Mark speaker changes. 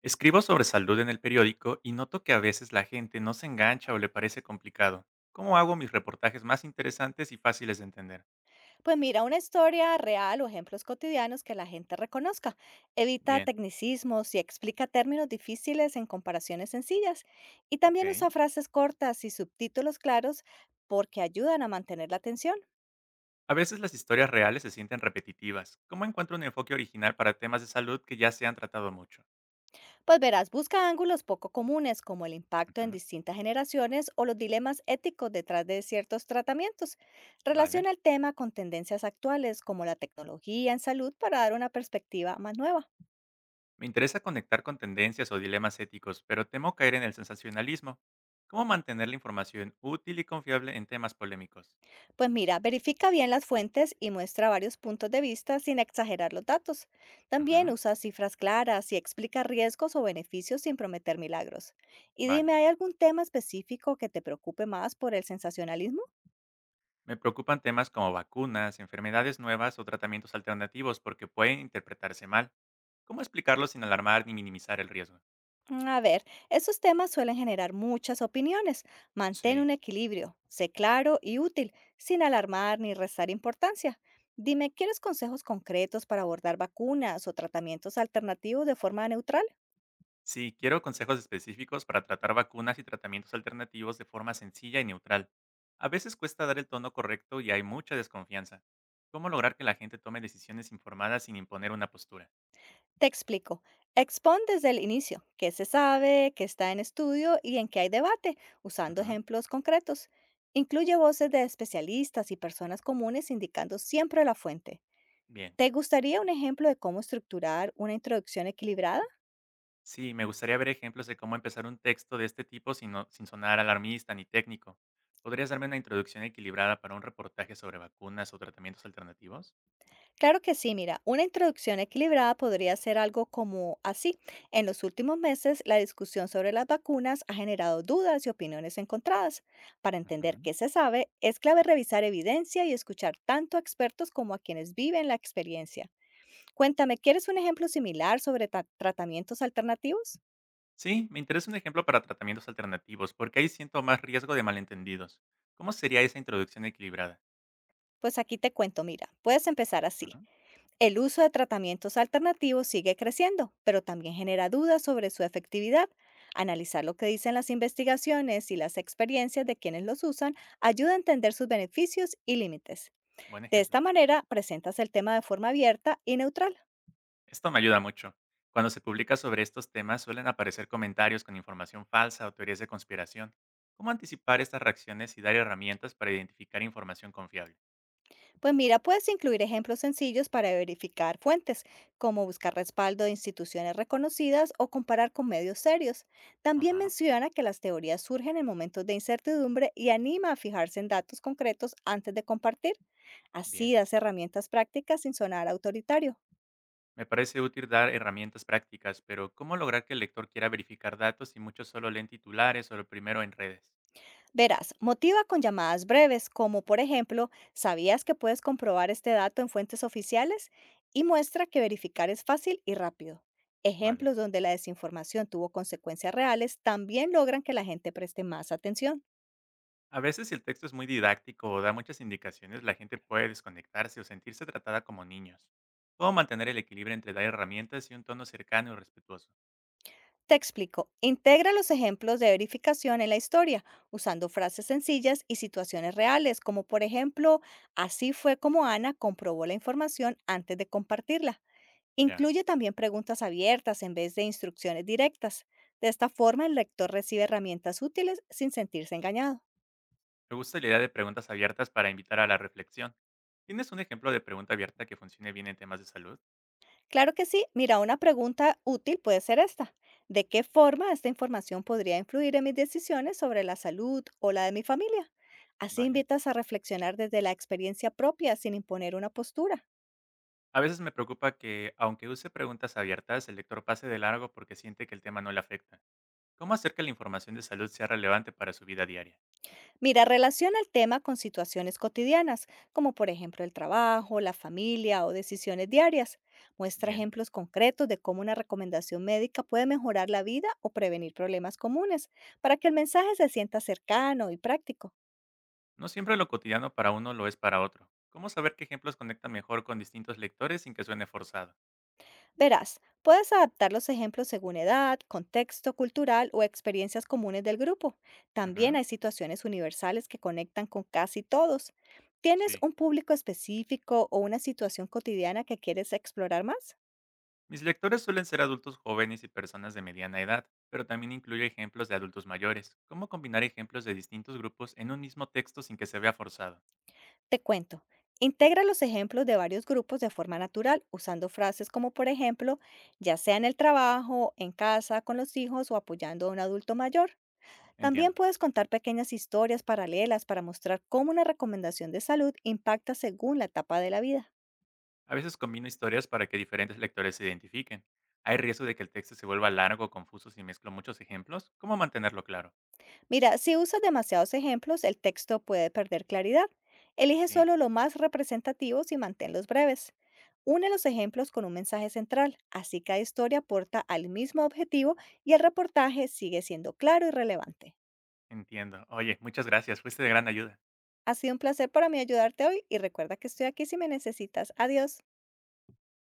Speaker 1: Escribo sobre salud en el periódico y noto que a veces la gente no se engancha o le parece complicado. ¿Cómo hago mis reportajes más interesantes y fáciles de entender?
Speaker 2: Pues mira una historia real o ejemplos cotidianos que la gente reconozca. Evita
Speaker 1: Bien,
Speaker 2: tecnicismos y explica términos difíciles en comparaciones sencillas. Y también
Speaker 1: ok.
Speaker 2: usa frases cortas y subtítulos claros porque ayudan a mantener la atención.
Speaker 1: A veces las historias reales se sienten repetitivas. ¿Cómo encuentro un enfoque original para temas de salud que ya se han tratado mucho?
Speaker 2: Pues verás, busca ángulos poco comunes como el impacto en
Speaker 1: Ujú.
Speaker 2: distintas generaciones o los dilemas éticos detrás de ciertos tratamientos.
Speaker 1: Vale.
Speaker 2: Relaciona el tema con tendencias actuales como la tecnología en salud para dar una perspectiva más nueva.
Speaker 1: Me interesa conectar con tendencias o dilemas éticos, pero temo caer en el sensacionalismo. ¿Cómo mantener la información útil y confiable en temas polémicos?
Speaker 2: Pues mira, verifica bien las fuentes y muestra varios puntos de vista sin exagerar los datos. También
Speaker 1: Ujú.
Speaker 2: usa cifras claras y explica riesgos o beneficios sin prometer milagros. Y dime,
Speaker 1: Vale.
Speaker 2: ¿hay algún tema específico que te preocupe más por el sensacionalismo?
Speaker 1: Me preocupan temas como vacunas, enfermedades nuevas o tratamientos alternativos porque pueden interpretarse mal. ¿Cómo explicarlo sin alarmar ni minimizar el riesgo?
Speaker 2: A ver, esos temas suelen generar muchas opiniones. Mantén
Speaker 1: Sí.
Speaker 2: un equilibrio, sé claro y útil, sin alarmar ni restar importancia. Dime, ¿quieres consejos concretos para abordar vacunas o tratamientos alternativos de forma neutral?
Speaker 1: Sí, quiero consejos específicos para tratar vacunas y tratamientos alternativos de forma sencilla y neutral. A veces cuesta dar el tono correcto y hay mucha desconfianza. ¿Cómo lograr que la gente tome decisiones informadas sin imponer una postura?
Speaker 2: Te explico. Expon desde el inicio qué se sabe, qué está en estudio y en qué hay debate, usando
Speaker 1: Ujú.
Speaker 2: ejemplos concretos. Incluye voces de especialistas y personas comunes indicando siempre la fuente.
Speaker 1: Bien.
Speaker 2: ¿Te gustaría un ejemplo de cómo estructurar una introducción equilibrada?
Speaker 1: Sí, me gustaría ver ejemplos de cómo empezar un texto de este tipo sin sonar alarmista ni técnico. ¿Podrías darme una introducción equilibrada para un reportaje sobre vacunas o tratamientos alternativos?
Speaker 2: Claro que sí, mira, una introducción equilibrada podría ser algo como así. En los últimos meses, la discusión sobre las vacunas ha generado dudas y opiniones encontradas. Para entender
Speaker 1: Ujú.
Speaker 2: qué se sabe, es clave revisar evidencia y escuchar tanto a expertos como a quienes viven la experiencia. Cuéntame, ¿quieres un ejemplo similar sobre tratamientos alternativos?
Speaker 1: Sí, me interesa un ejemplo para tratamientos alternativos, porque ahí siento más riesgo de malentendidos. ¿Cómo sería esa introducción equilibrada?
Speaker 2: Pues aquí te cuento, mira, puedes empezar así.
Speaker 1: Ujú.
Speaker 2: El uso de tratamientos alternativos sigue creciendo, pero también genera dudas sobre su efectividad. Analizar lo que dicen las investigaciones y las experiencias de quienes los usan ayuda a entender sus beneficios y límites.
Speaker 1: Buen
Speaker 2: De esta
Speaker 1: ejemplo.
Speaker 2: manera, presentas el tema de forma abierta y neutral.
Speaker 1: Esto me ayuda mucho. Cuando se publica sobre estos temas suelen aparecer comentarios con información falsa o teorías de conspiración. ¿Cómo anticipar estas reacciones y dar herramientas para identificar información confiable?
Speaker 2: Pues mira, puedes incluir ejemplos sencillos para verificar fuentes, como buscar respaldo de instituciones reconocidas o comparar con medios serios. También
Speaker 1: Ajá.
Speaker 2: menciona que las teorías surgen en momentos de incertidumbre y anima a fijarse en datos concretos antes de compartir.
Speaker 1: Bien,
Speaker 2: Así das herramientas prácticas sin sonar autoritario.
Speaker 1: me parece útil dar herramientas prácticas, pero ¿cómo lograr que el lector quiera verificar datos si muchos solo leen titulares o lo primero en redes?
Speaker 2: Verás, motiva con llamadas breves, como por ejemplo, ¿sabías que puedes comprobar este dato en fuentes oficiales? Y muestra que verificar es fácil y rápido.
Speaker 1: Vale.
Speaker 2: Ejemplos donde la desinformación tuvo consecuencias reales también logran que la gente preste más atención.
Speaker 1: A veces si el texto es muy didáctico o da muchas indicaciones, la gente puede desconectarse o sentirse tratada como niños. ¿Cómo mantener el equilibrio entre dar herramientas y un tono cercano y respetuoso?
Speaker 2: Te explico, integra los ejemplos de verificación en la historia, usando frases sencillas y situaciones reales, como por ejemplo, así fue como Ana comprobó la información antes de compartirla.
Speaker 1: Ya.
Speaker 2: Incluye también preguntas abiertas en vez de instrucciones directas. De esta forma, el lector recibe herramientas útiles sin sentirse engañado.
Speaker 1: Me gusta la idea de preguntas abiertas para invitar a la reflexión. ¿Tienes un ejemplo de pregunta abierta que funcione bien en temas de salud?
Speaker 2: Claro que sí, mira, una pregunta útil puede ser esta. ¿De qué forma esta información podría influir en mis decisiones sobre la salud o la de mi familia? Así
Speaker 1: Vale.
Speaker 2: invitas a reflexionar desde la experiencia propia sin imponer una postura.
Speaker 1: A veces me preocupa que, aunque use preguntas abiertas, el lector pase de largo porque siente que el tema no le afecta. ¿Cómo hacer que la información de salud sea relevante para su vida diaria?
Speaker 2: Mira, relaciona el tema con situaciones cotidianas, como por ejemplo el trabajo, la familia o decisiones diarias. Muestra
Speaker 1: Bien,
Speaker 2: ejemplos concretos de cómo una recomendación médica puede mejorar la vida o prevenir problemas comunes, para que el mensaje se sienta cercano y práctico.
Speaker 1: no siempre lo cotidiano para uno lo es para otro. ¿Cómo saber qué ejemplos conectan mejor con distintos lectores sin que suene forzado?
Speaker 2: Verás, puedes adaptar los ejemplos según edad, contexto cultural o experiencias comunes del grupo. También
Speaker 1: Ujú.
Speaker 2: hay situaciones universales que conectan con casi todos. ¿Tienes
Speaker 1: Sí.
Speaker 2: un público específico o una situación cotidiana que quieres explorar más?
Speaker 1: Mis lectores suelen ser adultos jóvenes y personas de mediana edad, pero también incluyo ejemplos de adultos mayores. ¿Cómo combinar ejemplos de distintos grupos en un mismo texto sin que se vea forzado?
Speaker 2: Te cuento. Integra los ejemplos de varios grupos de forma natural, usando frases como, por ejemplo, ya sea en el trabajo, en casa, con los hijos o apoyando a un adulto mayor. También
Speaker 1: Entiendo.
Speaker 2: puedes contar pequeñas historias paralelas para mostrar cómo una recomendación de salud impacta según la etapa de la vida.
Speaker 1: A veces combino historias para que diferentes lectores se identifiquen. ¿Hay riesgo de que el texto se vuelva largo o confuso si mezclo muchos ejemplos? ¿Cómo mantenerlo claro?
Speaker 2: Mira, si usas demasiados ejemplos, el texto puede perder claridad. Elige
Speaker 1: Sí,
Speaker 2: solo lo más representativos y manténlos breves. Une los ejemplos con un mensaje central, así cada historia aporta al mismo objetivo y el reportaje sigue siendo claro y relevante.
Speaker 1: entiendo. Oye, muchas gracias. Fuiste de gran ayuda.
Speaker 2: Ha sido un placer para mí ayudarte hoy y recuerda que estoy aquí si me necesitas. Adiós.